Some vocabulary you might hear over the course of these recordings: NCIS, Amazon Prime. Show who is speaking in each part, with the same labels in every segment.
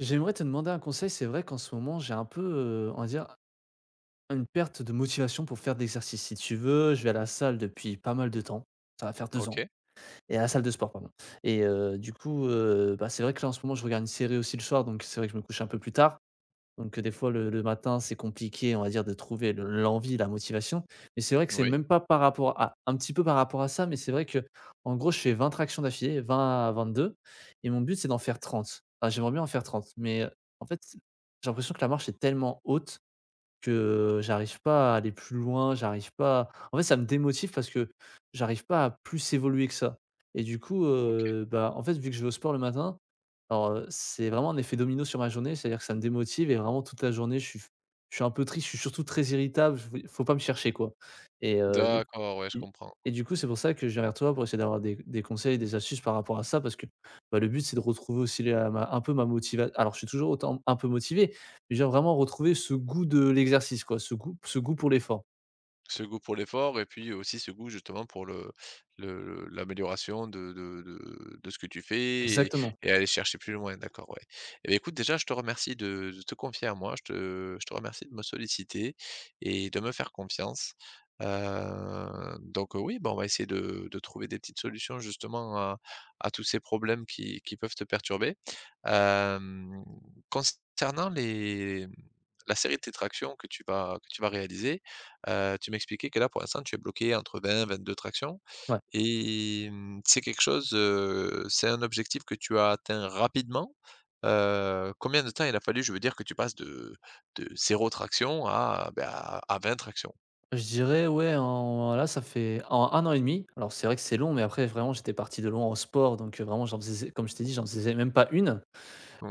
Speaker 1: J'aimerais te demander un conseil. C'est vrai qu'en ce moment, j'ai un peu, on va dire, une perte de motivation pour faire de... Si tu veux, je vais à la salle depuis pas mal de temps. Ça va faire deux ans
Speaker 2: OK,
Speaker 1: et à la salle de sport, pardon. Et du coup, bah, c'est vrai que là, en ce moment, je regarde une série aussi le soir, donc c'est vrai que je me couche un peu plus tard. Donc, des fois le matin, c'est compliqué, on va dire, de trouver le l'envie, la motivation. Mais c'est vrai que c'est
Speaker 2: oui,
Speaker 1: même pas par rapport à... un petit peu par rapport à ça, mais c'est vrai que en gros, je fais 20 tractions d'affilée, 20 à 22, et mon but, c'est d'en faire 30. Enfin, j'aimerais bien en faire 30, mais, en fait, j'ai l'impression que la marche est tellement haute que j'arrive pas à aller plus loin, j'arrive pas, en fait, ça me démotive parce que j'arrive pas à plus évoluer que ça. Et du coup,
Speaker 2: OK.
Speaker 1: bah, en fait, vu que je vais au sport le matin, alors, c'est vraiment un effet domino sur ma journée, c'est-à-dire que ça me démotive et vraiment toute la journée, je suis un peu triste, je suis surtout très irritable, je faut pas me chercher, quoi. Et du
Speaker 2: D'accord, ouais, je
Speaker 1: et
Speaker 2: comprends.
Speaker 1: et du coup, c'est pour ça que je viens vers toi pour essayer d'avoir des conseils, des astuces par rapport à ça, parce que, bah, le but, c'est de retrouver aussi la ma... un peu ma motivation. Alors je suis toujours autant un peu motivé, déjà vraiment retrouver ce goût de l'exercice, quoi, ce goût pour l'effort.
Speaker 2: Ce goût pour l'effort et puis aussi ce goût justement pour le l'amélioration de ce que tu fais et
Speaker 1: Exactement,
Speaker 2: aller chercher plus loin, d'accord, ouais. Eh beh, écoute, déjà, je te remercie de te confier à moi. Je te remercie de me solliciter et de me faire confiance. Oui, bon, on va essayer de trouver des petites solutions justement à tous ces problèmes qui peuvent te perturber. Hem, Concernant les, la série de tes tractions que tu vas réaliser, tu m'expliquais que là, pour l'instant, tu es bloqué entre 20-22 tractions
Speaker 1: ouais.
Speaker 2: et, c'est quelque chose, c'est un objectif que tu as atteint rapidement? Combien de temps il a fallu, je veux dire, que tu passes de zéro traction à, bah, à 20 tractions?
Speaker 1: Je dirais ouais, en... là ça fait en 1 an et demi, alors c'est vrai que c'est long, mais après vraiment j'étais parti de loin en sport, donc vraiment j'en faisais, comme je t'ai dit, j'en faisais même pas une,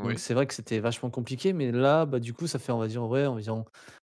Speaker 1: donc c'est vrai que c'était vachement compliqué, mais là, bah, du coup ça fait on va dire ouais environ,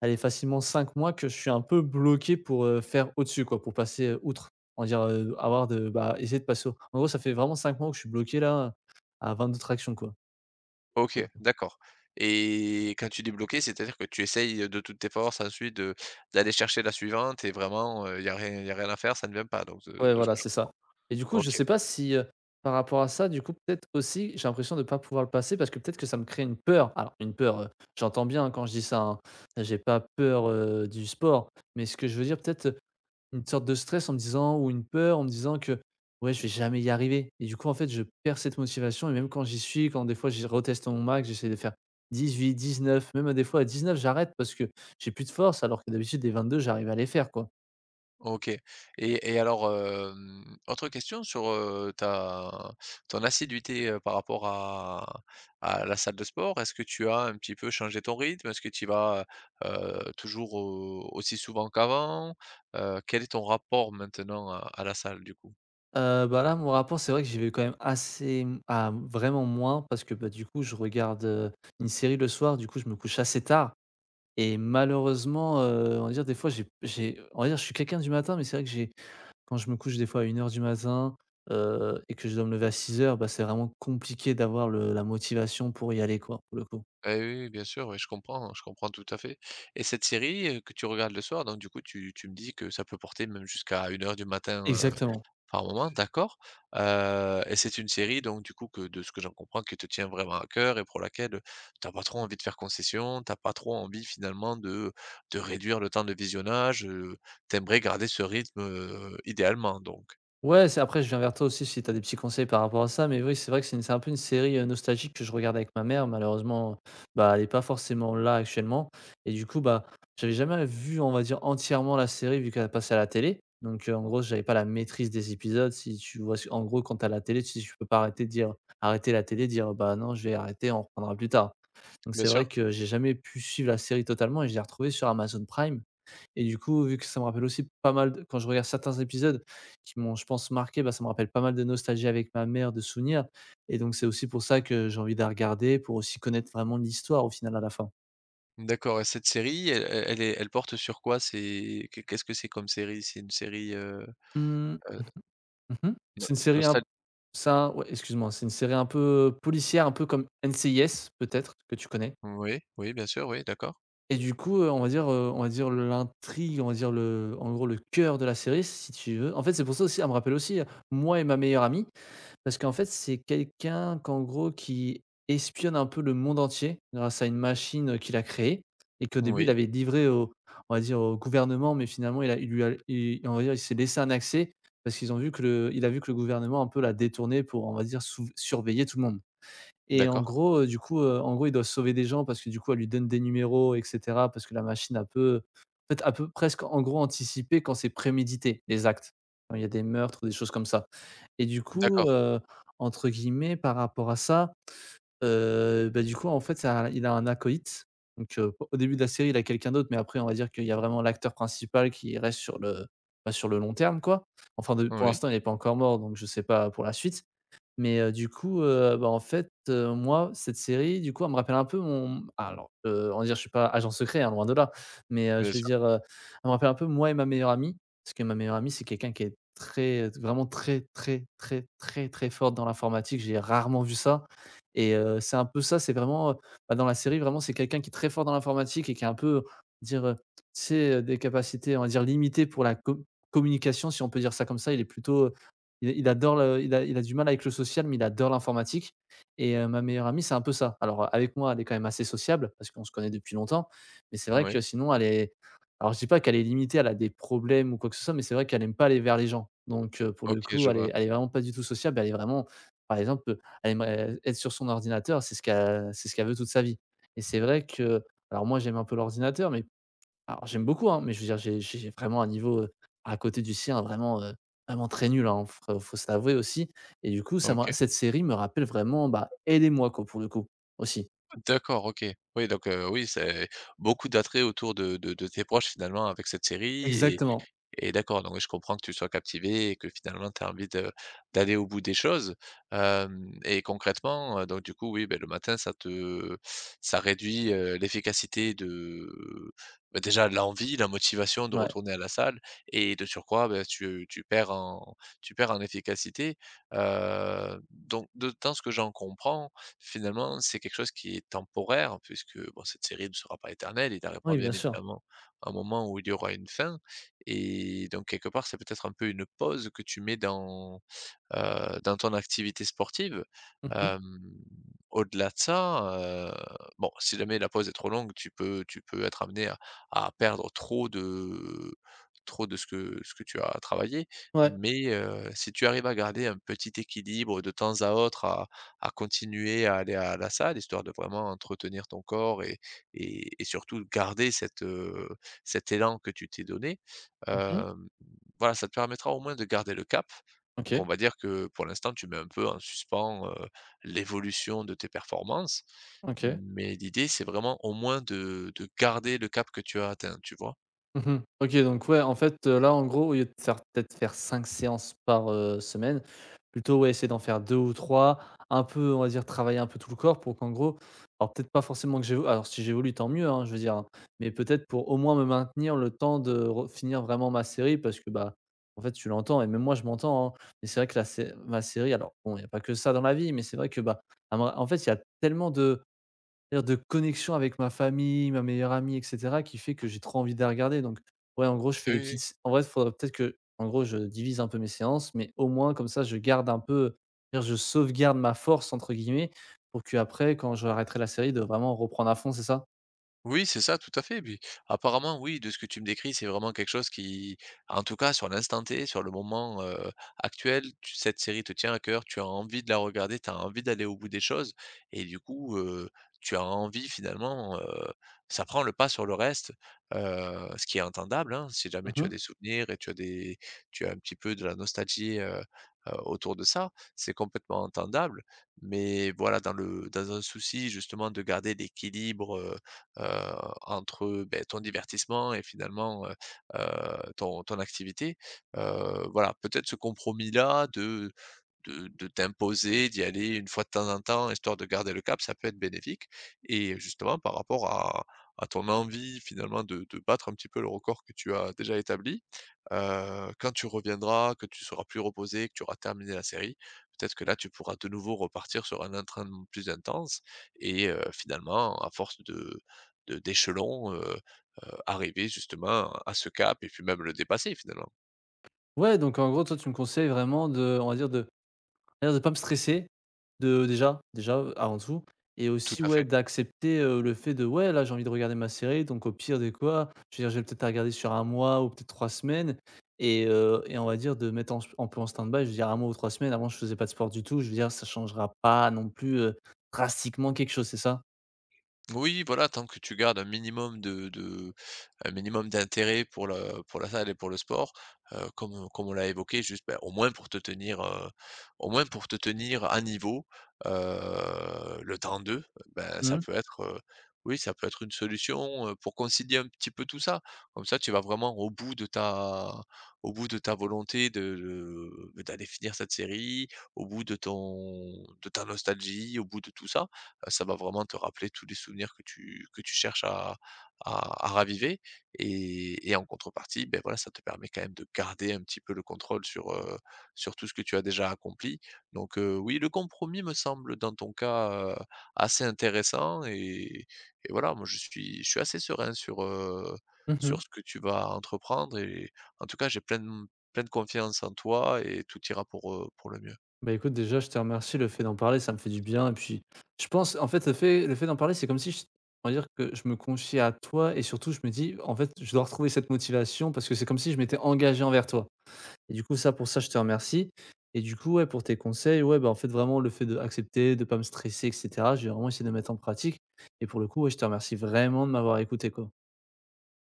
Speaker 1: allez facilement 5 mois que je suis un peu bloqué pour, faire au-dessus, quoi, pour passer, outre. On va dire, avoir de... bah, essayer de passer au... en gros ça fait vraiment 5 mois que je suis bloqué là, à 22 tractions, quoi.
Speaker 2: OK, d'accord, et quand tu dis bloqué, c'est-à-dire que tu essayes, de toutes tes forces, ensuite de d'aller chercher la suivante et vraiment, il y a rien à faire, ça ne vient pas, donc,
Speaker 1: Ouais,
Speaker 2: de ce que
Speaker 1: voilà,
Speaker 2: je
Speaker 1: c'est ça,
Speaker 2: comprends?
Speaker 1: et du coup, je
Speaker 2: OK.
Speaker 1: sais pas si, par rapport à ça, du coup, peut-être aussi, j'ai l'impression de pas pouvoir le passer parce que peut-être que ça me crée une peur. Alors une peur, j'entends bien, hein, quand je dis ça, hein, j'ai pas peur, du sport, mais ce que je veux dire peut-être, une sorte de stress en me disant, ou une peur en me disant que: «Ouais, je vais jamais y arriver», et du coup, en fait, je perds cette motivation. Et même quand j'y suis, quand des fois j'y reteste mon max, j'essaie de faire 18, 19, même des fois à 19 j'arrête parce que j'ai plus de force, alors que d'habitude des 22 j'arrive à les faire, quoi.
Speaker 2: OK et alors, autre question sur, ta ton assiduité, par rapport à la salle de sport. Est-ce que tu as un petit peu changé ton rythme? Est-ce que tu y vas, toujours au aussi souvent qu'avant? Quel est ton rapport maintenant à la salle du coup?
Speaker 1: Bah, là, mon rapport, c'est vrai que j'y vais quand même assez, vraiment moins, parce que, bah, du coup, je regarde, une série le soir. Du coup, je me couche assez tard et malheureusement, on va dire, des fois, j'ai on va dire, je suis quelqu'un du matin, mais c'est vrai que j'ai... quand je me couche, des fois, à 1 heure du matin, et que je dois me lever à 6 heures, bah, c'est vraiment compliqué d'avoir le la motivation pour y aller, quoi, pour le coup.
Speaker 2: Eh oui, oui, bien sûr, oui, je comprends tout à fait. Et cette série, que tu regardes le soir, donc du coup tu tu me dis que ça peut porter même jusqu'à une heure du matin,
Speaker 1: Exactement.
Speaker 2: par moment, d'accord. Et c'est une série donc du coup que, de ce que j'en comprends, qui te tient vraiment à cœur et pour laquelle t'as pas trop envie de faire concession, t'as pas trop envie finalement de réduire le temps de visionnage, tu garder ce rythme, idéalement donc?
Speaker 1: Ouais, c'est... après je viens vers toi aussi si tu as des petits conseils par rapport à ça, mais oui, c'est vrai que c'est une... c'est un peu une série, nostalgique que je regarde avec ma mère. Malheureusement, bah, elle est pas forcément là actuellement, et du coup, bah, j'avais jamais vu, on va dire, entièrement la série vu qu'elle passait à la télé. Donc, en gros, j'avais pas la maîtrise des épisodes. Si tu vois, en gros, quand t'as la télé, tu peux pas arrêter de dire... arrêter la télé, dire: «Bah, non, je vais arrêter, on reprendra plus tard». Donc
Speaker 2: Bien
Speaker 1: c'est vrai
Speaker 2: sûr.
Speaker 1: que j'ai jamais pu suivre la série totalement, et je l'ai retrouvée sur Amazon Prime. Et du coup, vu que ça me rappelle aussi pas mal de... quand je regarde certains épisodes qui m'ont, je pense, marqué, bah, ça me rappelle pas mal de nostalgie avec ma mère, de souvenirs, et donc c'est aussi pour ça que j'ai envie de la regarder, pour aussi connaître vraiment l'histoire au final à la fin.
Speaker 2: D'accord, et cette série, elle porte sur quoi? C'est qu'est qu'est-ce que c'est comme série? C'est une série,
Speaker 1: Mmh.
Speaker 2: heu,
Speaker 1: Mmh.
Speaker 2: no
Speaker 1: C'est une série un p
Speaker 2: nostal
Speaker 1: c'est ouais, excuse-moi, c'est une série un peu policière, un peu comme NCIS peut-être, que tu connais?
Speaker 2: Oui, oui, bien sûr, oui, d'accord.
Speaker 1: Et du coup, on va dire, on va dire l'intrigue, on va dire le... en gros le cœur de la série si tu veux, en fait, c'est pour ça aussi, elle me rappelle aussi moi et ma meilleure amie. Parce qu'en fait, c'est quelqu'un qu'en gros qui espionne un peu le monde entier grâce à une machine, qu'il a créée, et qu'au début il
Speaker 2: Oui,
Speaker 1: avait livré au... on va dire au gouvernement, mais finalement il a... il lui a... il... on va dire il s'est laissé un accès parce qu'ils ont vu que le... il a vu que le gouvernement un peu l'a détourné pour, on va dire, souv surveiller tout le monde. Et en
Speaker 2: d'accord,
Speaker 1: gros, en gros, ils doivent sauver des gens parce que du coup, elle lui donne des numéros et cetera, parce que la machine a peu... en fait, elle peu presque, en gros, anticiper quand c'est prémédité, les actes. Quand il y a des meurtres ou des choses comme ça. Et du coup,
Speaker 2: d'accord,
Speaker 1: entre guillemets, par rapport à ça, bah, du coup, en fait, ça... il a un acolyte. Donc, au début de la série, il a quelqu'un d'autre, mais après, on va dire qu'il y a vraiment l'acteur principal qui reste sur le, bah, sur le long terme, quoi. Enfin de... pour
Speaker 2: oui,
Speaker 1: l'instant, il est pas encore mort, donc je sais pas pour la suite. Mais bah, en fait, moi, cette série, du coup, elle me rappelle un peu mon... Ah, alors, on va dire, je suis pas agent secret, hein, loin de là. Mais je
Speaker 2: bien
Speaker 1: veux
Speaker 2: sûr,
Speaker 1: dire, elle me rappelle un peu moi et ma meilleure amie. Parce que ma meilleure amie, c'est quelqu'un qui est très, vraiment très, très, très, très, très forte dans l'informatique. J'ai rarement vu ça. Et c'est un peu ça, c'est vraiment, bah, dans la série, vraiment, c'est quelqu'un qui est très fort dans l'informatique et qui a un peu, dire, tu sais, des capacités, on va dire, limitées pour la communication, si on peut dire ça comme ça. Il est plutôt, il adore le... il a du mal avec le social, mais il adore l'informatique. Et ma meilleure amie, c'est un peu ça. Alors avec moi, elle est quand même assez sociable parce qu'on se connaît depuis longtemps, mais c'est vrai
Speaker 2: oui.
Speaker 1: que sinon elle est... alors je dis pas qu'elle est limitée, elle a des problèmes ou quoi que ce soit, mais c'est vrai qu'elle aime pas aller vers les gens. Donc pour le
Speaker 2: OK,
Speaker 1: coup,
Speaker 2: je
Speaker 1: elle
Speaker 2: vois,
Speaker 1: est elle est vraiment pas du tout sociable, elle est vraiment... par exemple, elle aimerait être sur son ordinateur, c'est ce qu'elle... c'est ce qu'elle veut toute sa vie. Et c'est vrai que... alors moi, j'aime un peu l'ordinateur, mais... alors j'aime beaucoup, hein, mais je veux dire, j'ai vraiment un niveau, à côté du sien, vraiment, vraiment très nul, hein, faut se l'avouer aussi. Et du coup, ça me ra...
Speaker 2: OK.
Speaker 1: cette série me rappelle vraiment, bah, aidez moi, quoi, pour le coup, aussi.
Speaker 2: D'accord, OK. Oui, donc, oui, c'est beaucoup d'attrait autour de de tes proches finalement avec cette série
Speaker 1: Exactement.
Speaker 2: et d'accord, donc oui, je comprends que tu sois captivé et que finalement tu as envie de d'aller au bout des choses. Hem Et concrètement, du coup, oui, beh, le matin, ça réduit, l'efficacité de, bah, déjà l'envie, la motivation de
Speaker 1: Ouais.
Speaker 2: retourner à la salle, et de surcroît, bah, tu perds en efficacité. Donc, de dans ce que j'en comprends, finalement, c'est quelque chose qui est temporaire, puisque, bon, cette série ne sera pas éternelle. Il arrivera
Speaker 1: Oui, bien
Speaker 2: bien
Speaker 1: sûr.
Speaker 2: évidemment un moment où il y aura une fin. Et donc quelque part, c'est peut-être un peu une pause que tu mets dans dans ton activité sportive.
Speaker 1: Mmh.
Speaker 2: Hem, Au-delà de ça, heu, bon, si jamais la pause est trop longue, tu peux être amené à perdre trop de ce que tu as travaillé.
Speaker 1: Ouais.
Speaker 2: Mais, si tu arrives à garder un petit équilibre de temps à autre, à continuer à aller à la salle, histoire de vraiment entretenir ton corps et surtout garder cette, cet élan que tu t'es donné,
Speaker 1: Mmh.
Speaker 2: hem, voilà, ça te permettra au moins de garder le cap. Donc on
Speaker 1: OK,
Speaker 2: va dire que pour l'instant, tu mets un peu en suspens, l'évolution de tes performances,
Speaker 1: OK.
Speaker 2: mais l'idée, c'est vraiment au moins de garder le cap que tu as atteint, tu vois?
Speaker 1: Mmh. OK, donc ouais, en fait, là, en gros, au lieu de faire peut-être faire 5 séances par, semaine, plutôt, ouais, essayer d'en faire 2 ou trois, un peu, on va dire, travailler un peu tout le corps pour qu'en gros... alors peut-être pas forcément que j'évolue, alors si j'évolue tant mieux, hein, je veux dire, hein, mais peut-être pour au moins me maintenir le temps de re finir vraiment ma série, parce que, bah, en fait, tu l'entends et même moi je m'entends, hein, mais c'est vrai que la sé ma série, alors bon, il y a pas que ça dans la vie, mais c'est vrai que, bah, à me... en fait, il y a tellement de... c'est-à-dire de connexion avec ma famille, ma meilleure amie et cetera, qui fait que j'ai trop envie de la regarder. Donc ouais, en gros, je fais
Speaker 2: Oui,
Speaker 1: des
Speaker 2: oui, oui.
Speaker 1: petites... en vrai, il faudrait peut-être que, en gros, je divise un peu mes séances, mais au moins comme ça, je garde un peu, je veux dire, je sauvegarde «ma force» entre guillemets, pour qu'après, quand je arrêterai la série, de vraiment reprendre à fond, c'est ça?
Speaker 2: Oui, c'est ça, tout à fait. Puis, apparemment, oui, de ce que tu me décris, c'est vraiment quelque chose qui, en tout cas, sur l'instant T, sur le moment, actuel, cette série te tient à cœur, tu as envie de la regarder, tu as envie d'aller au bout des choses, et du coup, tu as envie finalement, ça prend le pas sur le reste, ce qui est entendable, hein, si jamais tu as
Speaker 1: Mmh.
Speaker 2: des souvenirs et tu as des, tu as un petit peu de la nostalgie, autour de ça, c'est complètement entendable. Mais voilà, dans le, dans un souci justement de garder l'équilibre, heu, entre, beh, ton divertissement et finalement, ton ton activité. Voilà, peut-être ce compromis-là de t'imposer d'y aller une fois de temps en temps, histoire de garder le cap, ça peut être bénéfique. Et justement par rapport à ton envie finalement de battre un petit peu le record que tu as déjà établi, quand tu reviendras, que tu seras plus reposé, que tu auras terminé la série, peut-être que là tu pourras de nouveau repartir sur un entraînement plus intense. Et finalement, à force de de d'échelon, heu arriver justement à ce cap et puis même le dépasser finalement.
Speaker 1: Ouais, donc en gros, toi, tu me conseilles vraiment de... on va dire de... d'ailleurs de pas me stresser, de déjà, avant tout, et
Speaker 2: Tout
Speaker 1: aussi,
Speaker 2: à
Speaker 1: ouais,
Speaker 2: fait.
Speaker 1: d'accepter, le fait de, ouais, là, j'ai envie de regarder ma série donc au pire des... quoi, je veux dire, je vais peut-être la regarder sur 1 mois ou peut-être 3 semaines, et on va dire de mettre en s un peu en stand-by. Je veux dire 1 mois ou 3 semaines, avant je faisais pas de sport du tout. Je veux dire ça changera pas non plus, drastiquement quelque chose, c'est ça?
Speaker 2: Oui, voilà, tant que tu gardes un minimum de un minimum d'intérêt pour la salle et pour le sport, comme on l'a évoqué, juste, bah, au moins pour te tenir, au moins pour te tenir à niveau, le temps d'eux, ben,
Speaker 1: Mmh.
Speaker 2: ça
Speaker 1: Mmh.
Speaker 2: peut être, oui, ça peut être une solution, pour concilier un petit peu tout ça. Comme ça, tu vas vraiment au bout de ta au bout de ta volonté d'aller finir cette série, au bout de ton de ta nostalgie, au bout de tout ça. Ça va vraiment te rappeler tous les souvenirs que tu cherches à raviver. Et en contrepartie, ben voilà, ça te permet quand même de garder un petit peu le contrôle sur, sur tout ce que tu as déjà accompli. Donc, oui, le compromis me semble dans ton cas, assez intéressant. Et voilà, moi je suis assez serein sur,
Speaker 1: Mmh.
Speaker 2: sur ce que tu vas entreprendre. Et en tout cas, j'ai pleine confiance en toi et tout ira pour le mieux.
Speaker 1: Bah, écoute, déjà, je te remercie. Le fait d'en parler, ça me fait du bien et puis, je pense, en fait, le fait d'en parler, c'est comme si je... on va dire que je me confiais à toi, et surtout, je me dis: «En fait, je dois retrouver cette motivation» parce que c'est comme si je m'étais engagé envers toi. Et du coup, ça, pour ça, je te remercie. Et du coup, ouais, pour tes conseils, ouais, bah, en fait, vraiment, le fait d'accepter, de pas me stresser et cetera, je vais vraiment essayer de mettre en pratique, et pour le coup, ouais, je te remercie vraiment de m'avoir écouté, quoi.